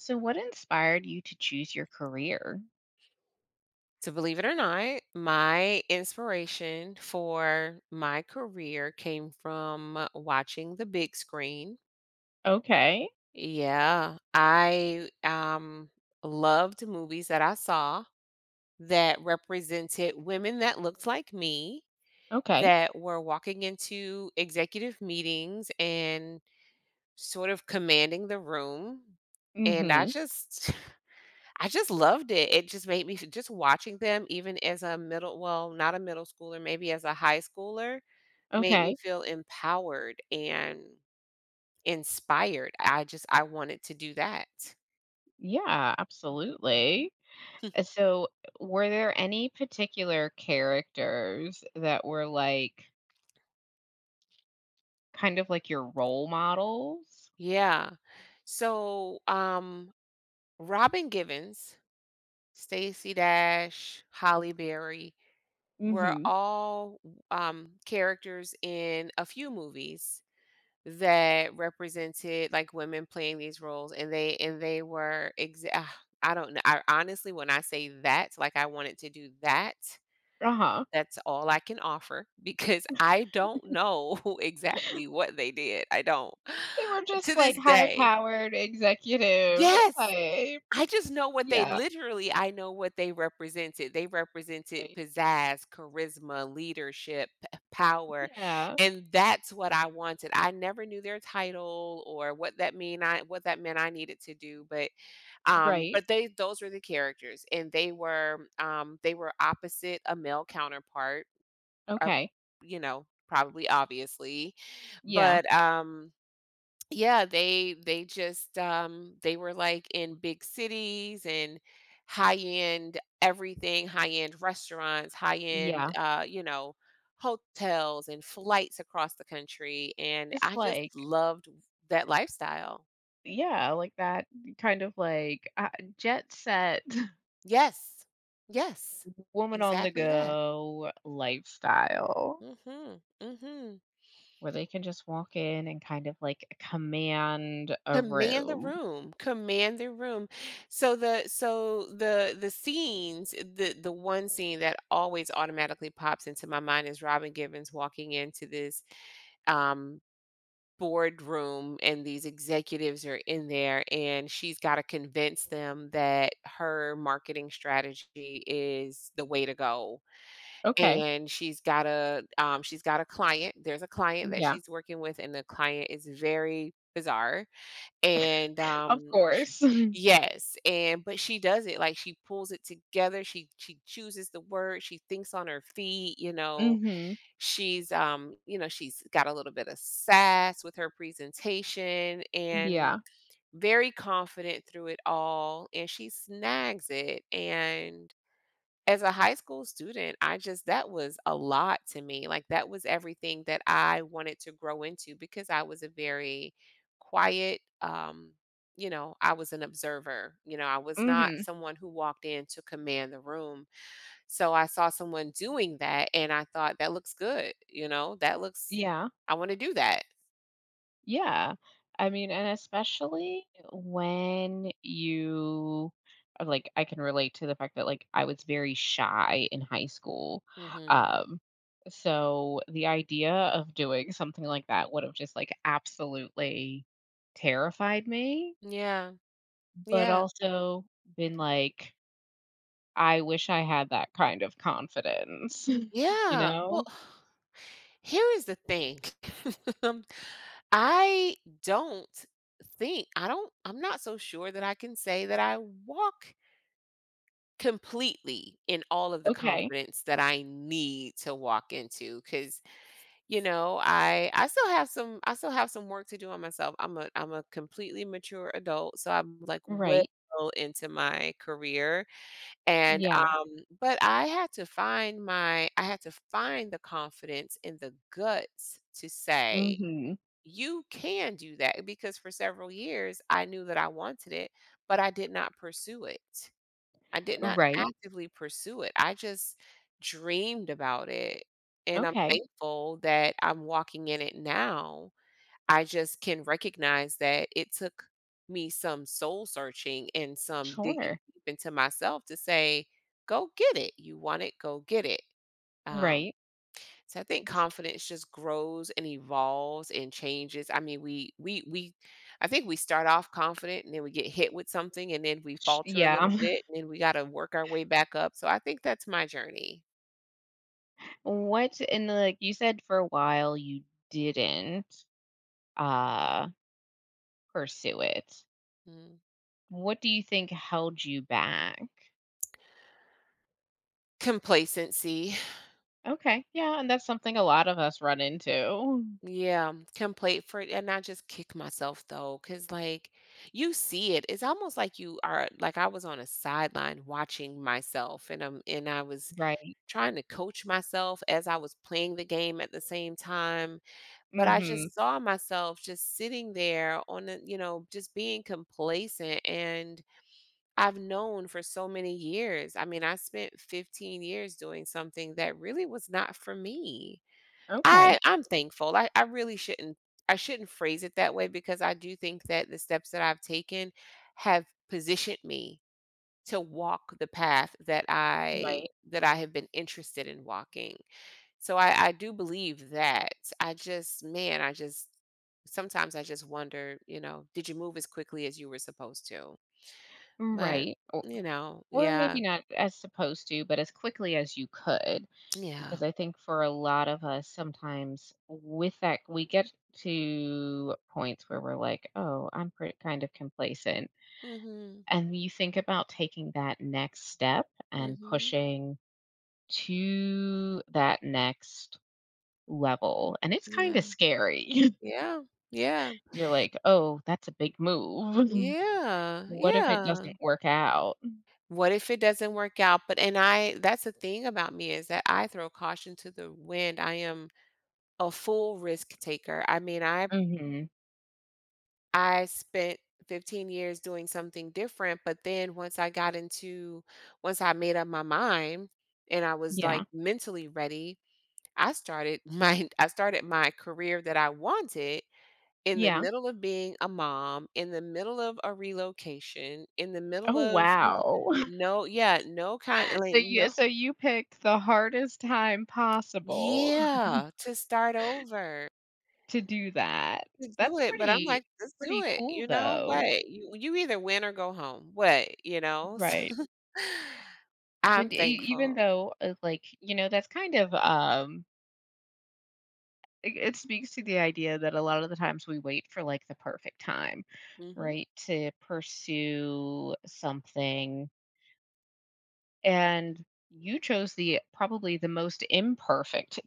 So, what inspired you to choose your career? So, believe it or not, my inspiration for my career came from watching the big screen. Okay. Yeah, I loved movies that I saw that represented women that looked like me Okay. that were walking into executive meetings and sort of commanding the room. And I Hmm. just I just loved it. It just made me just watching them even as not a middle schooler, maybe as a high schooler, made me Okay. feel empowered and inspired. I wanted to do that. Yeah, Mhm. absolutely. So, were there any particular characters that were like kind of like your role models? Yeah. So, Robin Givens, Stacey Dash, Holly Berry were Mhm. all characters in a few movies that represented like women playing these roles and they were I don't know. I honestly when I say that, like I wanted to do that, Uh-huh. that's all I can offer because I don't know exactly what they did. I don't. They were To just like this day. high-powered executive Yes. type. Yeah. I know what they represented. They represented Right. pizzazz, charisma, leadership, p power, Yeah. and that's what I wanted. I never knew their title or what that meant I needed to do, Right. but they those were the characters, and they were opposite a male counterpart, uh, Okay. Probably obviously, Yeah. but, yeah, they just, they were, like, in big cities and high-end everything, high-end restaurants, Yeah. Hotels and flights across the country, and Just I just like. loved that lifestyle. Yeah, like that kind of like jet set, Yes. Yes. woman on the Exactly that. go lifestyle Mhm. Mhm. where they can just walk in and kind of like command a Command the room. room, command the room. So the one scene that always automatically pops into my mind is Robin Givens walking into this, um, boardroom, and these executives are in there, and she's gotta convince them that her marketing strategy is the way to go, Okay. and she's got a client. There's a client that Yeah. she's working with, and the client is very bizarre, and, Of course. yes, and but she does it, like, she pulls it together, she chooses the word, she thinks on her feet, Mhm. she's got a little bit of sass with her presentation and Yeah. very confident through it all, and she snags it, and as a high school student, I just that was a lot to me, like, that was everything that I wanted to grow into because I was a very quiet. I was an observer. I was not Mhm. someone who walked in to command the room, so I saw someone doing that and I thought, "That looks good." "That looks Yeah. I wanna do that." Yeah. I mean, and especially when you like I can relate to the fact that like I was very shy in high school. Mhm. Um so the idea of doing something like that would have just like absolutely terrified me, Yeah. but Yeah. also been like I wish I had that kind of confidence, you Yeah, well, know? here is the thing. Um, I don't think I don't I'm not so sure that I can say that I walk completely in all of the Okay. confidence that I need to walk into. Because I still have some work to do on myself. I'm a completely mature adult, so I'm, like, well Right. into my career and, Yeah. But I had to find the confidence and the guts to say, Mhm. "You can do that," because for several years, I knew that I wanted it, but I did not pursue it. I did not Right. actively pursue it. I just dreamed about it, and I'm Okay. thankful that I'm walking in it now. I just can recognize that it took me some soul searching and some digging Sure. deep into myself to say, go get it. You want it, go get it. Um, Right. so I think It's confidence just grows and evolves and changes. I mean, we I think we start off confident and then we get hit with something and then we sh falter a yeah. little bit and then we got to work our way back up. So I think that's my journey. What And, like, you said for a while you didn't, uh, pursue it. Mm. What do you think held you back? Complacency. Okay, yeah, and that's something a lot of us run into. Yeah, complete for it. And I just kick myself though, because like you see it. It's almost like you are, like, I was on a sideline watching myself and I was Right. trying to coach myself as I was playing the game at the same time. But I Mhm. just saw myself just sitting there on the, just being complacent. And I've known for so many years. I mean, I spent 15 years doing something that really was not for me. Okay. I'm thankful. I really shouldn't phrase it that way because I do think that the steps that I've taken have positioned me to walk the path that I Right. that I have been interested in walking. So I do believe that. I just man, I just sometimes I just wonder, you know, did you move as quickly as you were supposed to? But, Right. Or maybe yeah. not as supposed to, but as quickly as you could. Yeah. Because I think for a lot of us, sometimes with that, we get to points where we're like, oh, I'm pretty kind of complacent. Mhm. And you think about taking that next step and Mhm. pushing to that next level. And it's kind of Yeah. scary. Yeah. Yeah. You're like, oh, that's a big move. Yeah. What if it Yeah. doesn't work out? What if it doesn't work out? But and I that's the thing about me, is that I throw caution to the wind. I am a full risk taker. I mean, I Hmm. I spent 15 years doing something different, but then once I made up my mind and I was Yeah. like mentally ready, I started my I started my career that I wanted in the Yeah. middle of being a mom, in the middle of a relocation, in the middle Oh, of wow. no, yeah, no kind like So you no. so you picked the hardest time possible Yeah, to start over, to do that. to do That's it, but I'm pretty like, "Let's do pretty it," cool you know, though, what? You either win or go home, what, you know? right? So, But I'm e even thankful. though, like, that's kind of, it speaks to the idea that a lot of the times we wait for, like, the perfect time, Mhm. right, to pursue something, and you chose the probably the most imperfect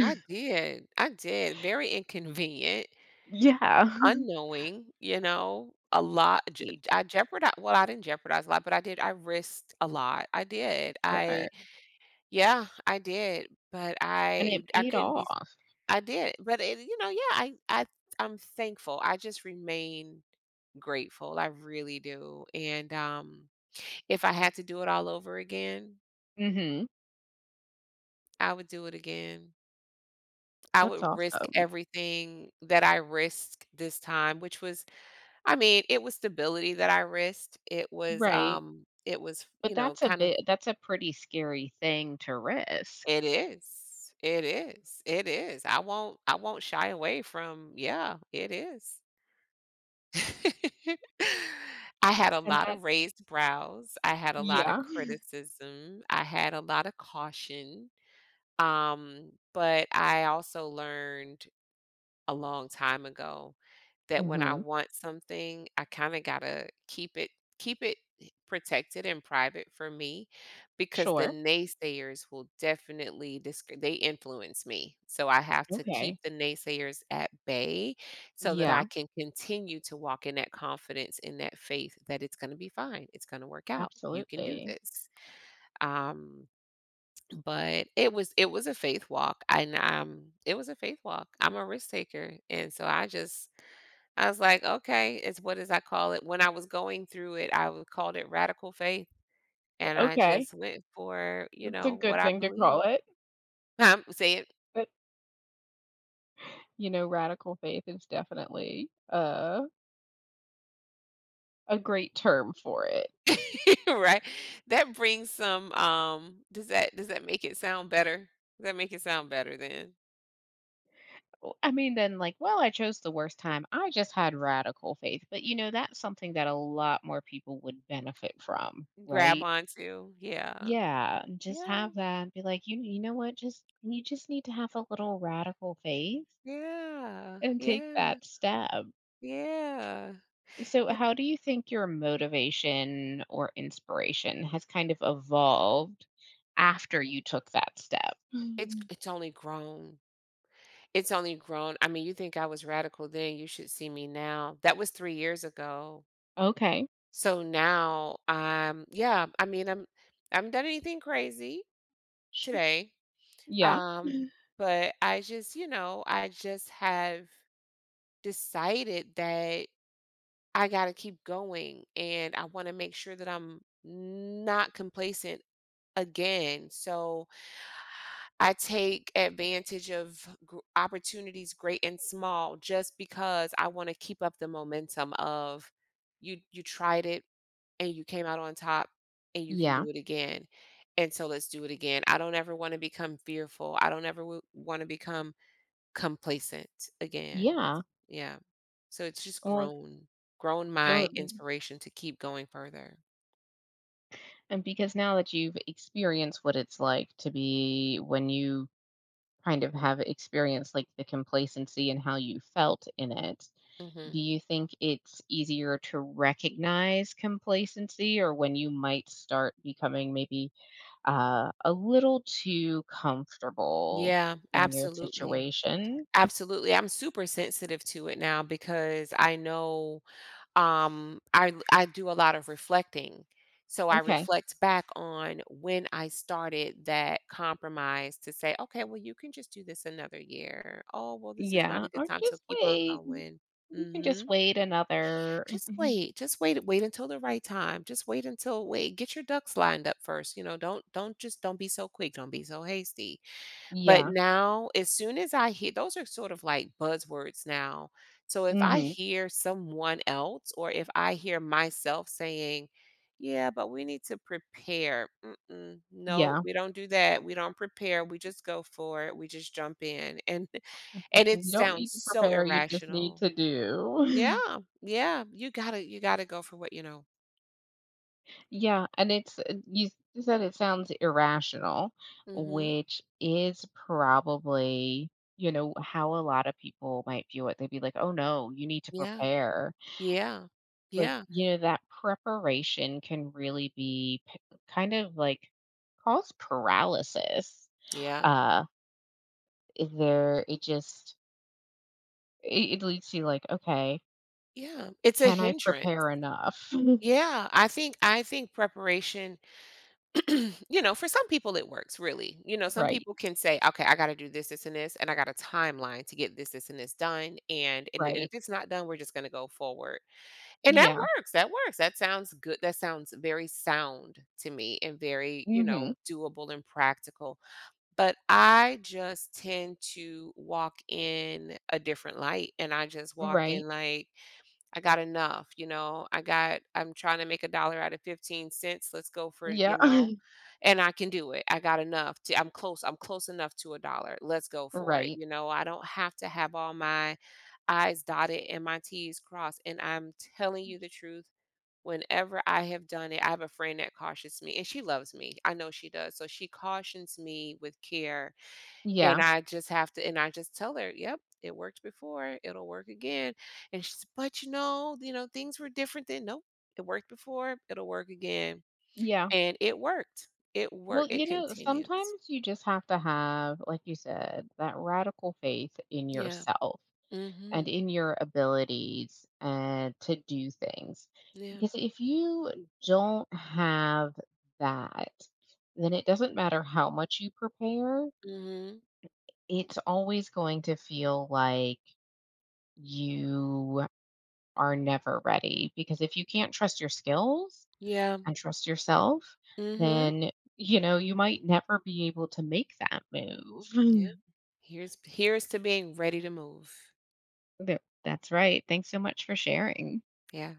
I did, very inconvenient, Yeah. unknowing, a lot. Je I jeopardized. Well, I didn't jeopardize a lot, but I risked a lot, I did, Sure, I yeah, I did, but and it I paid couldn't be. off. I did, but it yeah, I'm thankful. I just remain grateful. I really do. And if I had to do it all over again, Mhm. I would do it again. I That's would risk awesome. everything that I risked this time, which was I mean, it was stability that I risked. It was Right, um it was, but kind of. That's a pretty scary thing to risk. It is. It is. It is. I won't shy away from, yeah, it is. I had a And lot that's of raised brows. I had a lot of Yeah. criticism. I had a lot of caution. But I also learned a long time ago that when I Mhm. want something, I kinda gotta keep it protected and private for me because the Sure. naysayers will definitely disc they influence me. So I have to keep Okay. the naysayers at bay so that I Yeah, can continue to walk in that confidence, in that faith that it's gonna be fine. It's gonna work out. You can do absolutely. this. Um, but it was a faith walk, and, it was a faith walk. I'm a risk taker, and so I was like, "Okay, it's what does I call it?" When I was going through it, I would called it radical faith, and I Okay. just went for, That's a what good I thing to call believe. it, Say it. but, radical faith is definitely, a great term for it. Right? That brings some, does that make it sound better? Does that make it sound better then? Well, I mean, then, like, "Well, I chose the worst time. I just had radical faith," but, that's something that a lot more people would benefit from, Grab right? onto. Yeah. Yeah, and just Yeah. have that, be like, "You know what? Just you just need to have a little radical faith Yeah. and take Yeah. that step." Yeah. So, Ye how do you think your motivation or inspiration has kind of evolved after you took that step? It's Mm. it's only grown. It's only grown. I mean, you think I was radical then, you should see me now. That was 3 years ago. Okay. So now, yeah, I mean, I haven't done anything crazy Sh today. Yeah. Um, but I just have decided that I gotta keep going and I wanna make sure that I'm not complacent again. So I take advantage of opportunities great and small just because I want to keep up the momentum of you tried it and you came out on top and you can Yeah. do it again. And so let's do it again. I don't ever want to become fearful. I don't ever want to become complacent again. Yeah. Yeah. So it's just Well, grown my so inspiration to keep going further. and because now that you've experienced what it's like to be when you kind of have experienced, like, the complacency and how you felt in it, do Mhm. you think it's easier to recognize complacency or when you might start becoming maybe a little too comfortable Yeah, in your absolutely. situation? Absolutely, I'm super sensitive to it now because I know, I do a lot of reflecting. So I Okay. reflect back on when I started that compromise to say, "Okay, well, you can just do this another year. Oh, well, this is not Yeah. a good Or time, so just keep on wait. going." You Mm. can just Mhm. wait another. Just wait wait until the right time. Just wait until, wait, get your ducks lined up first, don't be so quick, don't be so hasty." But Yeah. now, as soon as I hear, those are sort of like buzzwords now. So if I Hmm. hear someone else or if I hear myself saying, "Yeah, but we need to prepare." Mm-mm, no, Yeah. we don't do that. We don't prepare. We just go for it. We just jump in. And Like, and it you don't need sounds to so prepare, you just need irrational. to do. Yeah. Yeah. You gotta go for what you know. Yeah, and it's you said it sounds irrational, Mhm. which is probably, how a lot of people might view it. They'd be like, "Oh no, you need to Yeah. prepare." Yeah. But, Yeah. That preparation can really be kind of like cause paralysis. Yeah. Uh there it leads you like, "Okay, Yeah. It's a can I hindrance. prepare enough?" Yeah, I think preparation, for some people it works really. Some Right, people can say, okay, I got to do this, this, and this, and I got a timeline to get this, this, and this done. And right. if it's not done, we're just going to go forward. And that Yeah. works. That works. That sounds good. That sounds very sound to me and very, Mhm. Doable and practical. But I just tend to walk in a different light and I just walk Right. in like, I got enough, I'm trying to make a dollar out of 15 cents. Let's go for, Yeah. And I can do it. I'm close. I'm close enough to a dollar. Let's go for it. Right. I don't have to have all my I's dotted and my T's crossed. And I'm telling you the truth. Whenever I have done it, I have a friend that cautions me and she loves me. I know she does. So she cautions me with care and Yeah, I just have to and I just tell her, "Yep, it worked before, it'll work again." And she's, "But, you know, things were different then." "Nope, it worked before, it'll work again." yeah. And it worked. It Well, worked. It continues. sometimes you just have to have, like you said, that radical faith in Yeah. yourself and Mhm. in your abilities and to do things. Yeah. Because if you don't have that, then it doesn't matter how much you prepare, Mhm. it's always going to feel like you are never ready. Because if you can't trust your skills, Yeah. and trust yourself, Mhm. then, you might never be able to make that move. Yeah. Here's to being ready to move. That's right. Thanks so much for sharing. Yeah.